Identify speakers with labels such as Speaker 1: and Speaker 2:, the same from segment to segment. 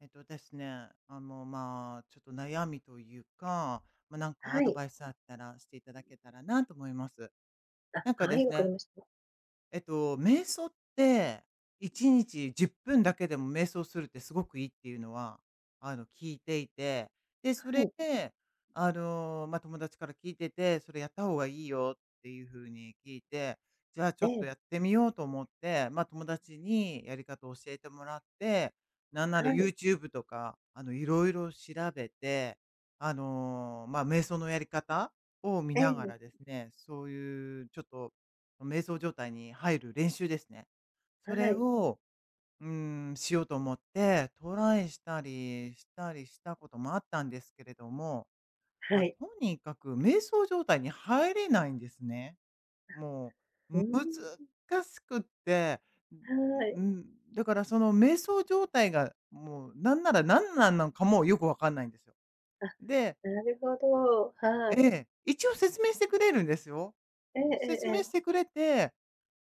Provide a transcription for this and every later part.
Speaker 1: ですね、まあ、ちょっと悩みというか、まあ、なんかア
Speaker 2: は
Speaker 1: ド
Speaker 2: い。
Speaker 1: バイスあったらしていただけたらなと思います。なんか
Speaker 2: は
Speaker 1: で
Speaker 2: い、
Speaker 1: す
Speaker 2: わかり
Speaker 1: ね、
Speaker 2: ました。
Speaker 1: 瞑想って、1日10分だけでも瞑想するってすごくいいっていうのは、聞いていて、で、そ
Speaker 2: は
Speaker 1: れ
Speaker 2: い。
Speaker 1: で、まあ、友達から聞いてて、それやった方がいいよっていう風に聞いて、じゃあちょ
Speaker 2: え
Speaker 1: っと
Speaker 2: え、
Speaker 1: やってみようと思って、まあ、友達にやり方を教えてもらって、なんなら
Speaker 2: はい。
Speaker 1: YouTube とか、色々調べて、まあ、瞑想のやり方を見
Speaker 2: え
Speaker 1: なが
Speaker 2: え、
Speaker 1: らですね、そういうちょっと瞑想状態に入る練習ですね。そ
Speaker 2: は
Speaker 1: れ
Speaker 2: い。
Speaker 1: を、うん、しようと思って、トライしたりしたこともあったんですけれども、ま
Speaker 2: は
Speaker 1: あ、
Speaker 2: い。
Speaker 1: とにかく瞑想状態に入れないんですね。も
Speaker 2: う
Speaker 1: う、
Speaker 2: ーん、
Speaker 1: 難しくって、
Speaker 2: は
Speaker 1: う
Speaker 2: い。
Speaker 1: ん、だからその瞑想状態が、もうなんなら何なんかもよくわかんないんですよ。で、
Speaker 2: なるほど。は
Speaker 1: え
Speaker 2: い。
Speaker 1: え、一応説明してくれるんですよ。
Speaker 2: ええええ
Speaker 1: 説
Speaker 2: え
Speaker 1: 明して
Speaker 2: え。
Speaker 1: くれて、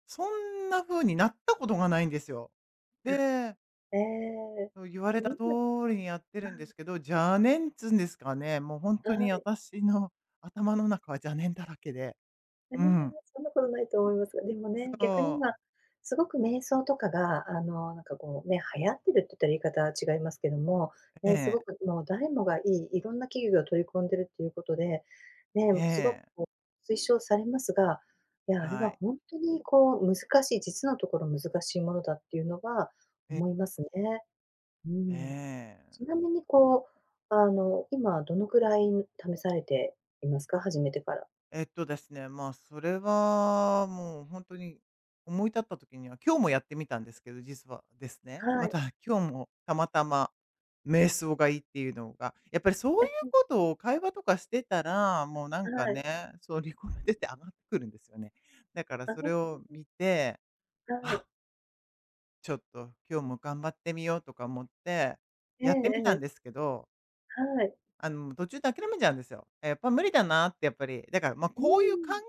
Speaker 1: そんな風になったことがないんですよ。
Speaker 2: あ、
Speaker 1: で、
Speaker 2: ええ。
Speaker 1: そう言わ
Speaker 2: で
Speaker 1: れ
Speaker 2: も
Speaker 1: た通
Speaker 2: 今は
Speaker 1: りにやってるんですけど、邪念っつうんですかね、もう本
Speaker 2: い。
Speaker 1: 当
Speaker 2: は
Speaker 1: に
Speaker 2: い。
Speaker 1: 私の頭の中は邪念だらけで。
Speaker 2: ええ、
Speaker 1: うん。
Speaker 2: そんなことないと思いますが、でもね、逆に
Speaker 1: そ
Speaker 2: 今、
Speaker 1: う。
Speaker 2: すごく瞑想とかが、あの、なんかこうね、流行ってるって言ったら言い方は違いますけども、
Speaker 1: え
Speaker 2: ね、すご
Speaker 1: え、
Speaker 2: くもう誰もがいろんな企業が取り込んでるっていうことで、ね、
Speaker 1: え
Speaker 2: すごく
Speaker 1: え、
Speaker 2: こう推奨されますが、いや、あれ
Speaker 1: は
Speaker 2: は
Speaker 1: い。
Speaker 2: 本当にこう難しい、実のところ難しいものだっていうのは
Speaker 1: え、
Speaker 2: 思いますね。うん。
Speaker 1: ええ。
Speaker 2: ちなみにこう、あの、今どのくらい試されていますか？始めてから。
Speaker 1: ですね、まあ、それはもう本当に思い立った時には、今日もやってみたんですけど、実はですね、
Speaker 2: は
Speaker 1: ま
Speaker 2: い。
Speaker 1: た今日もたまたま瞑想がいいっていうのが、やっぱりそういう ことを会話とかしてたら、もうなん
Speaker 2: え、
Speaker 1: か
Speaker 2: はい。
Speaker 1: ね、そうリコメンドって上がってくるんですよね。だからそれ
Speaker 2: あ、
Speaker 1: を見て、
Speaker 2: はい。
Speaker 1: あ、ちょっと今日も頑張ってみようとか思って
Speaker 2: ええ
Speaker 1: やってみたん
Speaker 2: え
Speaker 1: で
Speaker 2: え、
Speaker 1: すけど、
Speaker 2: はい。
Speaker 1: 途中で諦めちゃうんですよ。やっぱ無理だなってやっぱり、だから、まあ、
Speaker 2: うーん、
Speaker 1: こういう考えだか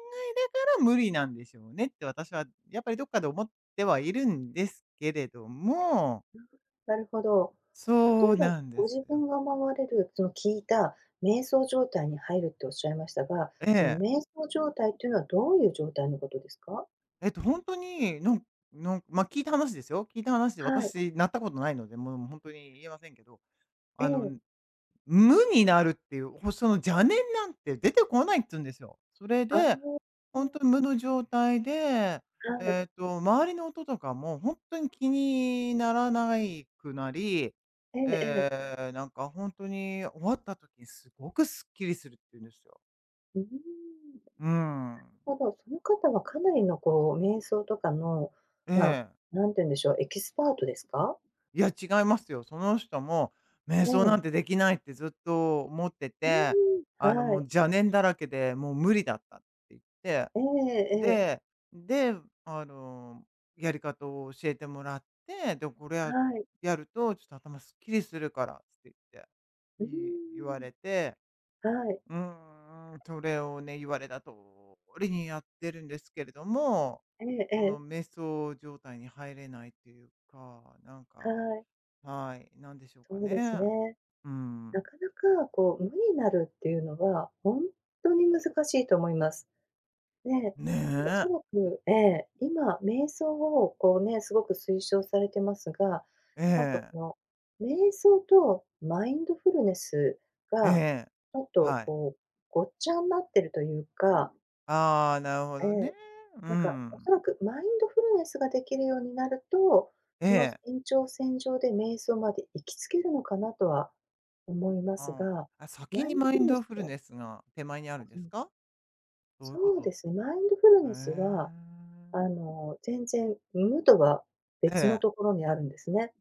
Speaker 1: ら無理なんでしょうねって私はやっぱりどっかで思ってはいるんですけれども、
Speaker 2: なるほど。例
Speaker 1: そう
Speaker 2: えば
Speaker 1: なん
Speaker 2: ご
Speaker 1: です
Speaker 2: 自
Speaker 1: よ。
Speaker 2: 分が思われる、その聞いた瞑想状態に入るっておっしゃいましたが、
Speaker 1: え
Speaker 2: その
Speaker 1: え。
Speaker 2: 瞑想状態っていうのはどういう状態のことですか？
Speaker 1: 本当に、なんなんまあ、聞いた話ですよ。聞いた話で
Speaker 2: はい、
Speaker 1: 私なったことないので、もう本当に言えませんけど、
Speaker 2: え
Speaker 1: あの
Speaker 2: え、
Speaker 1: 無になるっていう、その邪念なんて出てこないっつうんですよ。それ
Speaker 2: あ
Speaker 1: で、
Speaker 2: あ、
Speaker 1: ほんとに無の状態で、
Speaker 2: はい、
Speaker 1: 周りの音とかもほんとに気にならないくなり、
Speaker 2: ええええ、
Speaker 1: ええ、なんかほんとに終わった時にすごくすっきりするっていうんですよ。
Speaker 2: うーん、なる
Speaker 1: うーん。
Speaker 2: ほど。その方はかなりのこう瞑想とかの、
Speaker 1: え
Speaker 2: まあ、
Speaker 1: え。
Speaker 2: 何て言うんでしょう、エキスパートですか？
Speaker 1: いや、違いますよ。その人も「瞑
Speaker 2: え
Speaker 1: 想な
Speaker 2: え、
Speaker 1: んてできない」ってずっと思って
Speaker 2: う
Speaker 1: て、
Speaker 2: ーん、は
Speaker 1: もう
Speaker 2: い、
Speaker 1: 邪念だらけで、もう無理だったって言って、
Speaker 2: ええええ、
Speaker 1: でで、やり方を教えてもらって、で、これや
Speaker 2: はい、
Speaker 1: やると、ちょっと頭すっきりするからって言って、
Speaker 2: うー
Speaker 1: 言わ
Speaker 2: ん。
Speaker 1: れて、
Speaker 2: はい。
Speaker 1: うーん、それをね、言われた通りにやってるんですけれども、
Speaker 2: えええ
Speaker 1: その
Speaker 2: え。
Speaker 1: 瞑想状態に入れないっていうか、なん
Speaker 2: は
Speaker 1: か、
Speaker 2: い。
Speaker 1: はい、なんでしょうか
Speaker 2: そうです
Speaker 1: ね。
Speaker 2: ね。
Speaker 1: う
Speaker 2: な
Speaker 1: ん。
Speaker 2: かなかこう無になるっていうのは、ほんとに難しいと思います。ね、
Speaker 1: ね
Speaker 2: おそ
Speaker 1: え。
Speaker 2: らくええ、今、瞑想をこうね、すごく推奨されてますが、
Speaker 1: え
Speaker 2: なんかこ
Speaker 1: え。
Speaker 2: の、瞑想とマインドフルネス
Speaker 1: え
Speaker 2: が、
Speaker 1: え。
Speaker 2: ちょっと
Speaker 1: はい。
Speaker 2: こう、ごっちゃになってるというか、
Speaker 1: ああ、なるほ
Speaker 2: え
Speaker 1: どね。
Speaker 2: え。
Speaker 1: う
Speaker 2: なんか、お
Speaker 1: ん。
Speaker 2: そらくマインドフルネスができるようになると、
Speaker 1: え
Speaker 2: その
Speaker 1: え。
Speaker 2: 延長線上で瞑想まで行き着けるのかなとは思います
Speaker 1: う
Speaker 2: が、
Speaker 1: あ、先
Speaker 2: マイ
Speaker 1: に
Speaker 2: ンド
Speaker 1: マ
Speaker 2: フ
Speaker 1: イン
Speaker 2: ルネ
Speaker 1: ド
Speaker 2: ス
Speaker 1: フル
Speaker 2: は、
Speaker 1: ネスが手前にあるんで
Speaker 2: う
Speaker 1: す
Speaker 2: ん、
Speaker 1: か？どういうこ
Speaker 2: そう
Speaker 1: と？
Speaker 2: ですね、マインドフルネスは、
Speaker 1: え
Speaker 2: あ
Speaker 1: え。
Speaker 2: の、全然無とは
Speaker 1: え
Speaker 2: 別の
Speaker 1: え。
Speaker 2: ところにあるんですね。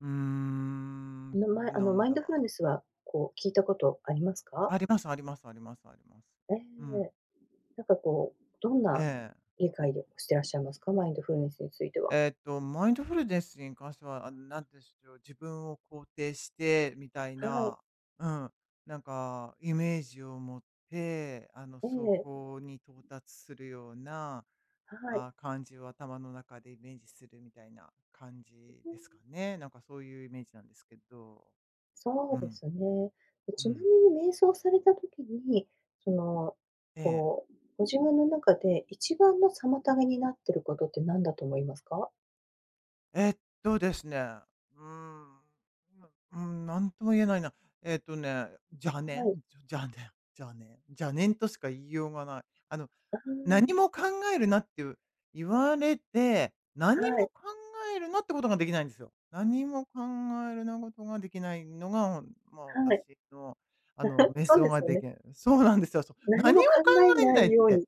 Speaker 1: うーん、
Speaker 2: の
Speaker 1: そ
Speaker 2: ま
Speaker 1: う
Speaker 2: あ
Speaker 1: な
Speaker 2: の、
Speaker 1: ん
Speaker 2: マイン
Speaker 1: だ。
Speaker 2: ドフルネスは、こう、聞いたことありますか？
Speaker 1: ありますありますありますあります。
Speaker 2: え
Speaker 1: うん。
Speaker 2: え。なんかこう、どん
Speaker 1: え
Speaker 2: な
Speaker 1: え。
Speaker 2: 理解をしてらっしゃいますか？マインドフルネスについては。
Speaker 1: マインドフルネスに関しては、なんていうんでしょう、自分を肯定してみたい
Speaker 2: はい。
Speaker 1: な、うん、なんかイメージを持って、
Speaker 2: え
Speaker 1: そ
Speaker 2: え、
Speaker 1: こに到達するような、
Speaker 2: はい。
Speaker 1: あ、感じを頭の中でイメージするみたいな感じですかね。なんかそういうイメージなんですけど。う
Speaker 2: そうで
Speaker 1: ん、
Speaker 2: すね。で
Speaker 1: う
Speaker 2: ちなみ
Speaker 1: ん。
Speaker 2: に瞑想された時に、その、
Speaker 1: ええ。
Speaker 2: こう、ご自分の中で一番の妨げになってることって何だと思いますか？
Speaker 1: えっですね、うーん、うん、なんとも言えないな。ね、邪
Speaker 2: は
Speaker 1: 念
Speaker 2: い。
Speaker 1: 邪念邪念邪念としか言いようがない。あの、
Speaker 2: あ
Speaker 1: 何
Speaker 2: あ、
Speaker 1: も考えるなっていう言われて、何も
Speaker 2: はい、
Speaker 1: 考えるなってことができないんですよ。何も考えるなことができないのが、まあ、
Speaker 2: はい。
Speaker 1: 私の、瞑
Speaker 2: そう
Speaker 1: 想
Speaker 2: で
Speaker 1: が
Speaker 2: すよ
Speaker 1: で
Speaker 2: ね。
Speaker 1: きない。そうなんですよ。そう
Speaker 2: 何
Speaker 1: 何も考
Speaker 2: も考え
Speaker 1: え
Speaker 2: な
Speaker 1: ない
Speaker 2: い
Speaker 1: っ
Speaker 2: ように
Speaker 1: て。
Speaker 2: っ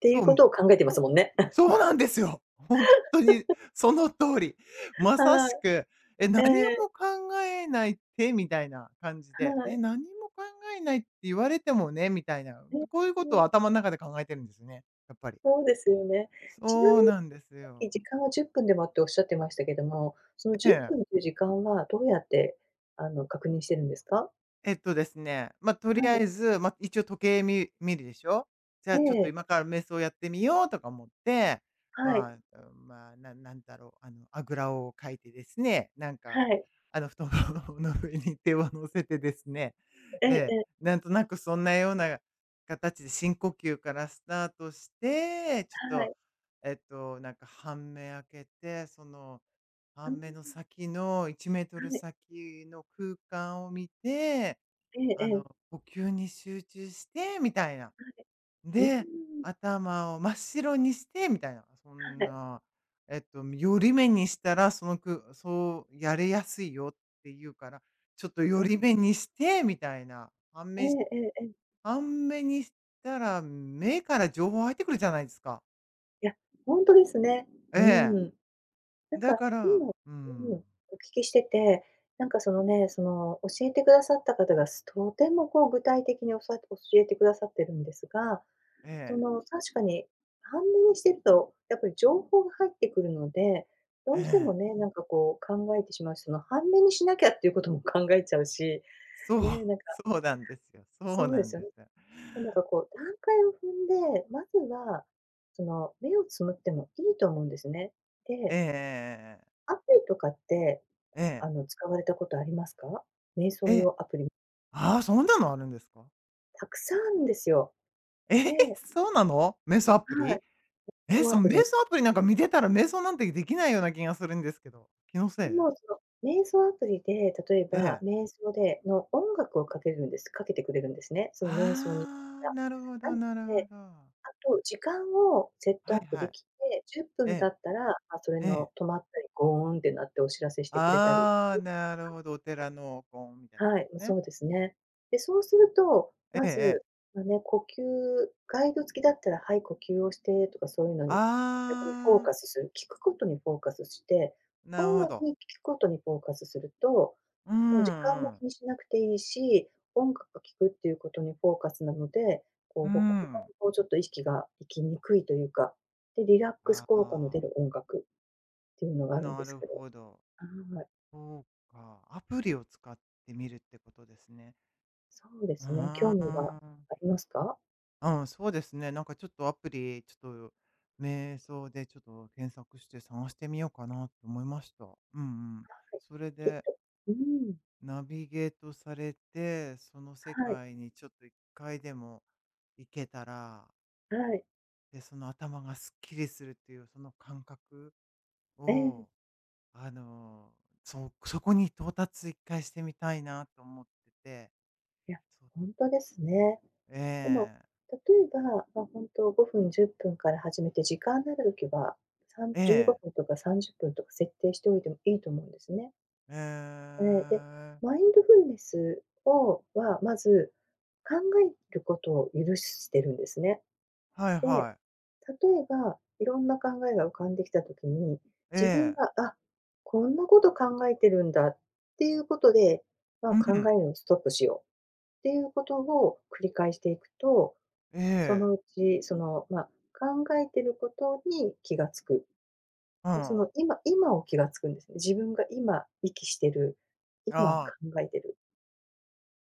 Speaker 2: てい
Speaker 1: そ
Speaker 2: うこ
Speaker 1: う、
Speaker 2: とを考えてますもんね。
Speaker 1: そうなんですよ。本当にその通り。まさ
Speaker 2: は
Speaker 1: しく、え、
Speaker 2: い、え
Speaker 1: 何も
Speaker 2: え、
Speaker 1: 考えないってみたいな感じで、
Speaker 2: は
Speaker 1: え、
Speaker 2: い。
Speaker 1: 何も考えないって言われてもね、みたいな、
Speaker 2: え
Speaker 1: こういう
Speaker 2: え、
Speaker 1: ことを
Speaker 2: ね、
Speaker 1: 頭の中で考えてるんですね、やっぱり。
Speaker 2: そうですよね。ちな
Speaker 1: そう
Speaker 2: みに
Speaker 1: なんです
Speaker 2: さっき
Speaker 1: よ。
Speaker 2: 時間は10分でもっておっしゃってましたけども、その
Speaker 1: え
Speaker 2: 10分
Speaker 1: え。
Speaker 2: という時間はどうやって、あの、確認してるんですか？
Speaker 1: ですね、まあ、と
Speaker 2: は
Speaker 1: りあ
Speaker 2: い。
Speaker 1: えず、まあ、一応時計見るでしょ。じゃ
Speaker 2: え
Speaker 1: あちょっと
Speaker 2: え、
Speaker 1: 今から瞑想やってみようとか思って、
Speaker 2: は
Speaker 1: ま
Speaker 2: い、
Speaker 1: あ、うん、まあ、なんだろう、あぐらをかいてですね、なんか、
Speaker 2: はい、
Speaker 1: 布団 の上に手を乗せてですね、
Speaker 2: ええ
Speaker 1: ええ、
Speaker 2: ええ、
Speaker 1: なんとなくそんなような形で深呼吸からスタートして、ちょっ
Speaker 2: は
Speaker 1: と、
Speaker 2: い、
Speaker 1: なんか半目開けて、その
Speaker 2: うーん、
Speaker 1: 半目の先の1メートル
Speaker 2: はい、
Speaker 1: 先の空間を見て、
Speaker 2: えええ
Speaker 1: あの、
Speaker 2: え、
Speaker 1: 呼吸に集中してみたいな。
Speaker 2: うーん、
Speaker 1: で、頭を真っ白にしてみたいな。そん
Speaker 2: はい、
Speaker 1: な、寄り目にしたら、その、そうやれやすいよっていうから、ちょっと寄
Speaker 2: ああ、
Speaker 1: り目にしてみたいな。半
Speaker 2: え
Speaker 1: 目
Speaker 2: えええええ、
Speaker 1: 半目にしたら、目から情報入ってくるじゃないですか。
Speaker 2: いや、ほんとですね。
Speaker 1: え
Speaker 2: うー
Speaker 1: え。
Speaker 2: ん。なん
Speaker 1: だ
Speaker 2: か
Speaker 1: か
Speaker 2: 今
Speaker 1: ら、う
Speaker 2: うん、お
Speaker 1: ん。
Speaker 2: 聞きしてて、なんかそのね、その教えてくださった方が、とてもこう具体的に教えてくださってるんですが、
Speaker 1: え
Speaker 2: そ
Speaker 1: え。
Speaker 2: の、確かに、半値にしてると、やっぱり情報が入ってくるので、
Speaker 1: え
Speaker 2: どうしても
Speaker 1: え。
Speaker 2: ね、なんかこう考えてしまうし、その半値にしなきゃっていうことも考えちゃうし、
Speaker 1: そう、
Speaker 2: ね、なんか、
Speaker 1: そうなんですよ。そう
Speaker 2: そう
Speaker 1: な
Speaker 2: で
Speaker 1: ん
Speaker 2: すよ
Speaker 1: で
Speaker 2: ね。
Speaker 1: す。よ
Speaker 2: なんかこう段階を踏んで、まずは、その目をつむってもいいと思うんですね。
Speaker 1: ええ
Speaker 2: で、
Speaker 1: えええ。
Speaker 2: アプリとかって、
Speaker 1: え
Speaker 2: あ
Speaker 1: え。
Speaker 2: の、使われたことありますか？瞑想
Speaker 1: ええ。
Speaker 2: 用アプリ、
Speaker 1: ああ、そんなのあるんですか？
Speaker 2: たくさんあるんですよ。
Speaker 1: えー、
Speaker 2: で、
Speaker 1: そうなの？瞑想アプ
Speaker 2: はい、
Speaker 1: リ？えー、
Speaker 2: このア
Speaker 1: その
Speaker 2: プ
Speaker 1: 瞑
Speaker 2: リ
Speaker 1: 想アプリなんか見てたら瞑想なんてできないような気がするんですけど。気のせ
Speaker 2: で
Speaker 1: い？
Speaker 2: も、その、瞑想アプリで、例え
Speaker 1: え
Speaker 2: ば、
Speaker 1: え。
Speaker 2: 瞑想での音楽をかけるんです。かけてくれるんですね、その瞑想に。
Speaker 1: ああ、なるほ
Speaker 2: な
Speaker 1: ど
Speaker 2: の
Speaker 1: なるほ
Speaker 2: で、
Speaker 1: ど。
Speaker 2: あと時間をセット
Speaker 1: は
Speaker 2: アッ
Speaker 1: い
Speaker 2: プ
Speaker 1: は
Speaker 2: で
Speaker 1: い。
Speaker 2: きて、10
Speaker 1: え
Speaker 2: 分経
Speaker 1: え、
Speaker 2: ったら、ま、それ
Speaker 1: ええ。
Speaker 2: の止まったり、ゴーンって鳴ってお知らせしてくれたり。
Speaker 1: ああ、なるほど、お寺のみたいなやつ
Speaker 2: は
Speaker 1: で
Speaker 2: い、
Speaker 1: すね。
Speaker 2: そうですね。で、そうすると、
Speaker 1: え
Speaker 2: ま
Speaker 1: えええ。
Speaker 2: ず、まあね、呼吸ガイド付きだったら、はい、呼吸をしてとかそういうのに、逆にフォー
Speaker 1: ああ、
Speaker 2: カスする、聞くことにフォーカスして、
Speaker 1: なる
Speaker 2: 音
Speaker 1: ほ
Speaker 2: 楽
Speaker 1: ど。
Speaker 2: に聞くことにフォーカスすると、
Speaker 1: う
Speaker 2: もう時間も
Speaker 1: んうん。
Speaker 2: 気にしなくていいし、音楽を聴くっていうことにフォーカスなので、こ
Speaker 1: う
Speaker 2: う、他
Speaker 1: ん。
Speaker 2: にこうちょっと意識が行きにくいというか、で、リラックス
Speaker 1: あ
Speaker 2: 効果の
Speaker 1: あ、
Speaker 2: 出る音楽っていうのがあるん
Speaker 1: な
Speaker 2: です
Speaker 1: る
Speaker 2: けど、
Speaker 1: ほど。
Speaker 2: はい、
Speaker 1: そうか、アプリを使ってみるってことですね。
Speaker 2: そうですね、興味は
Speaker 1: あ
Speaker 2: ありますか？
Speaker 1: あ、うん、そうですね。なんかちょっとアプリ、ちょっと瞑想でちょっと検索して探してみようかなと思いました。うんうん。それ
Speaker 2: きっ
Speaker 1: で
Speaker 2: と。うん。
Speaker 1: ナビゲートされて、その世
Speaker 2: はい、
Speaker 1: 界にちょっと一回でも行けたら、
Speaker 2: はい。
Speaker 1: で、その頭がすっきりするっていうその感覚
Speaker 2: ええ。
Speaker 1: を、あの、そこに到達一回してみたいなと思ってて、
Speaker 2: いや、
Speaker 1: そう、
Speaker 2: ほんとですね。でも、
Speaker 1: ええ
Speaker 2: 例えば、ま、ほんと5分、10分から始めて、時間になる時は、
Speaker 1: え
Speaker 2: 15
Speaker 1: え
Speaker 2: 分とか30分とか設定しておいてもいいと思うんですね。
Speaker 1: え
Speaker 2: ええ、で、
Speaker 1: え、
Speaker 2: マインドフルネスをは、まず、考えることを許してるんですね。
Speaker 1: はい
Speaker 2: で
Speaker 1: はい。
Speaker 2: 例えば、いろんな考えが浮かんできたときに、
Speaker 1: え
Speaker 2: 自分
Speaker 1: え。
Speaker 2: が、あ、こんなこと考えてるんだっていうことで、まあ、
Speaker 1: う
Speaker 2: 考
Speaker 1: ん。
Speaker 2: えるのをストップしようっていうことを繰り返していくと、
Speaker 1: え
Speaker 2: そ
Speaker 1: え。
Speaker 2: のうち、その、まあ、考えてることに気がつく。
Speaker 1: う
Speaker 2: そ
Speaker 1: ん。
Speaker 2: の今今を気がつくんですね。自分が今息してる、今
Speaker 1: ああ、
Speaker 2: 考えてる。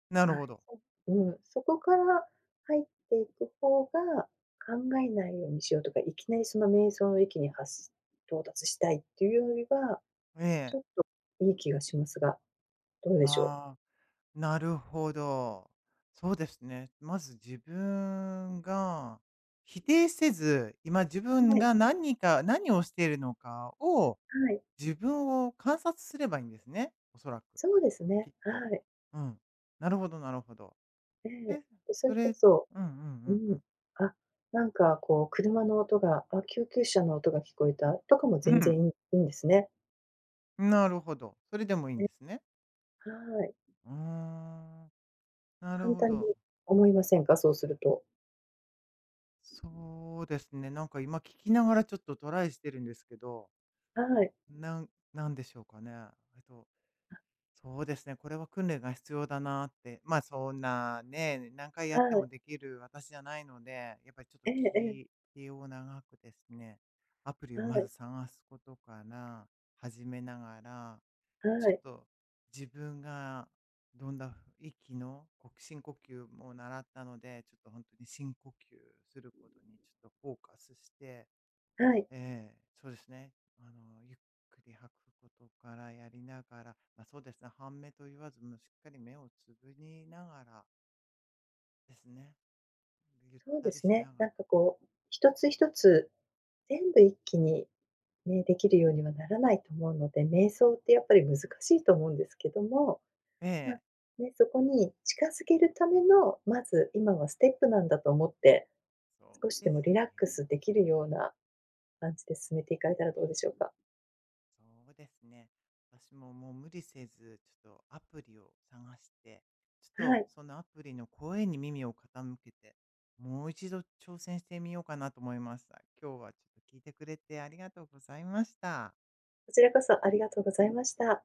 Speaker 1: なる
Speaker 2: は
Speaker 1: ほ
Speaker 2: い、
Speaker 1: ど。
Speaker 2: そうん、そこから入っていく方が、考えないようにしようとか、いきなりその瞑想の域に到達したいっていうよりは、
Speaker 1: え
Speaker 2: ち
Speaker 1: え。
Speaker 2: ょっといい気がしますが、どうでしょ
Speaker 1: ああ、なるほど。そうですね。まず自分が否定せず、今自
Speaker 2: う？
Speaker 1: 分
Speaker 2: はい、
Speaker 1: が何か何をしているのかを、
Speaker 2: はい、
Speaker 1: 自分を観察すればいいんですね、おそらく、
Speaker 2: そうです
Speaker 1: き
Speaker 2: ね、
Speaker 1: っと。
Speaker 2: はい、
Speaker 1: うん。なるほどなるほど。
Speaker 2: ええ。
Speaker 1: え、
Speaker 2: それ
Speaker 1: そ
Speaker 2: こ
Speaker 1: れ、
Speaker 2: そ、
Speaker 1: うんうん
Speaker 2: う
Speaker 1: うんう
Speaker 2: ん、
Speaker 1: ん。
Speaker 2: あ、なんかこう車の音が、あ、救急車の音が聞こえたとかも全
Speaker 1: う
Speaker 2: 然いいんですね。
Speaker 1: ん、なるほど。それでもいいん
Speaker 2: ね、
Speaker 1: ですね。
Speaker 2: はい。
Speaker 1: うーん。なる
Speaker 2: 簡
Speaker 1: ほ
Speaker 2: 単に
Speaker 1: ど。
Speaker 2: 思いませんか？そうすると。
Speaker 1: そうですね。なんか今聞きながらちょっとトライしてるんですけど、
Speaker 2: はい、
Speaker 1: なんなんでしょうかね。えっとそうですね、これは訓練が必要だなって、まあそんなね、何回や
Speaker 2: は
Speaker 1: っても
Speaker 2: い、
Speaker 1: できる私じゃないので、やっぱりちょっと
Speaker 2: えええ
Speaker 1: 気を長くですね、アプリ
Speaker 2: え、
Speaker 1: を
Speaker 2: は
Speaker 1: まず
Speaker 2: い、
Speaker 1: 探すことから始めながら、ちょ
Speaker 2: は
Speaker 1: っ
Speaker 2: い。
Speaker 1: と自分がどんな息のこう深呼吸も習ったので、ちょっと本当に深呼吸することにちょっとフォーカスして、
Speaker 2: はい、
Speaker 1: ええ、そうですね。ゆっくり吐くことからやりながら、ま、そうですね、半目と言わず、もうしっかり目をつぶりながらですね。ゆっ
Speaker 2: そう
Speaker 1: た
Speaker 2: で
Speaker 1: り
Speaker 2: す
Speaker 1: し
Speaker 2: ね。
Speaker 1: なが
Speaker 2: な
Speaker 1: ら、
Speaker 2: んかこう、一つ一つ全部一気にね、できるようにはならないと思うので、瞑想ってやっぱり難しいと思うんですけども、
Speaker 1: え
Speaker 2: ま、
Speaker 1: え、
Speaker 2: ね、そこに近づけるための、まず今はステップなんだと思って、
Speaker 1: そ
Speaker 2: 少
Speaker 1: う
Speaker 2: し
Speaker 1: で
Speaker 2: でも
Speaker 1: す
Speaker 2: リ
Speaker 1: ね。
Speaker 2: ラックスできるような感じで進めていかれたらどうでしょうか。
Speaker 1: そうですね。私ももう無理せず、ちょっとアプリを探して、ち
Speaker 2: は
Speaker 1: ょっと
Speaker 2: い、
Speaker 1: そのアプリの声に耳を傾けて、もう一度挑戦してみようかなと思いました。今日はちょっと聞いてくれてありがとうございました。
Speaker 2: こちらこそありがとうございました。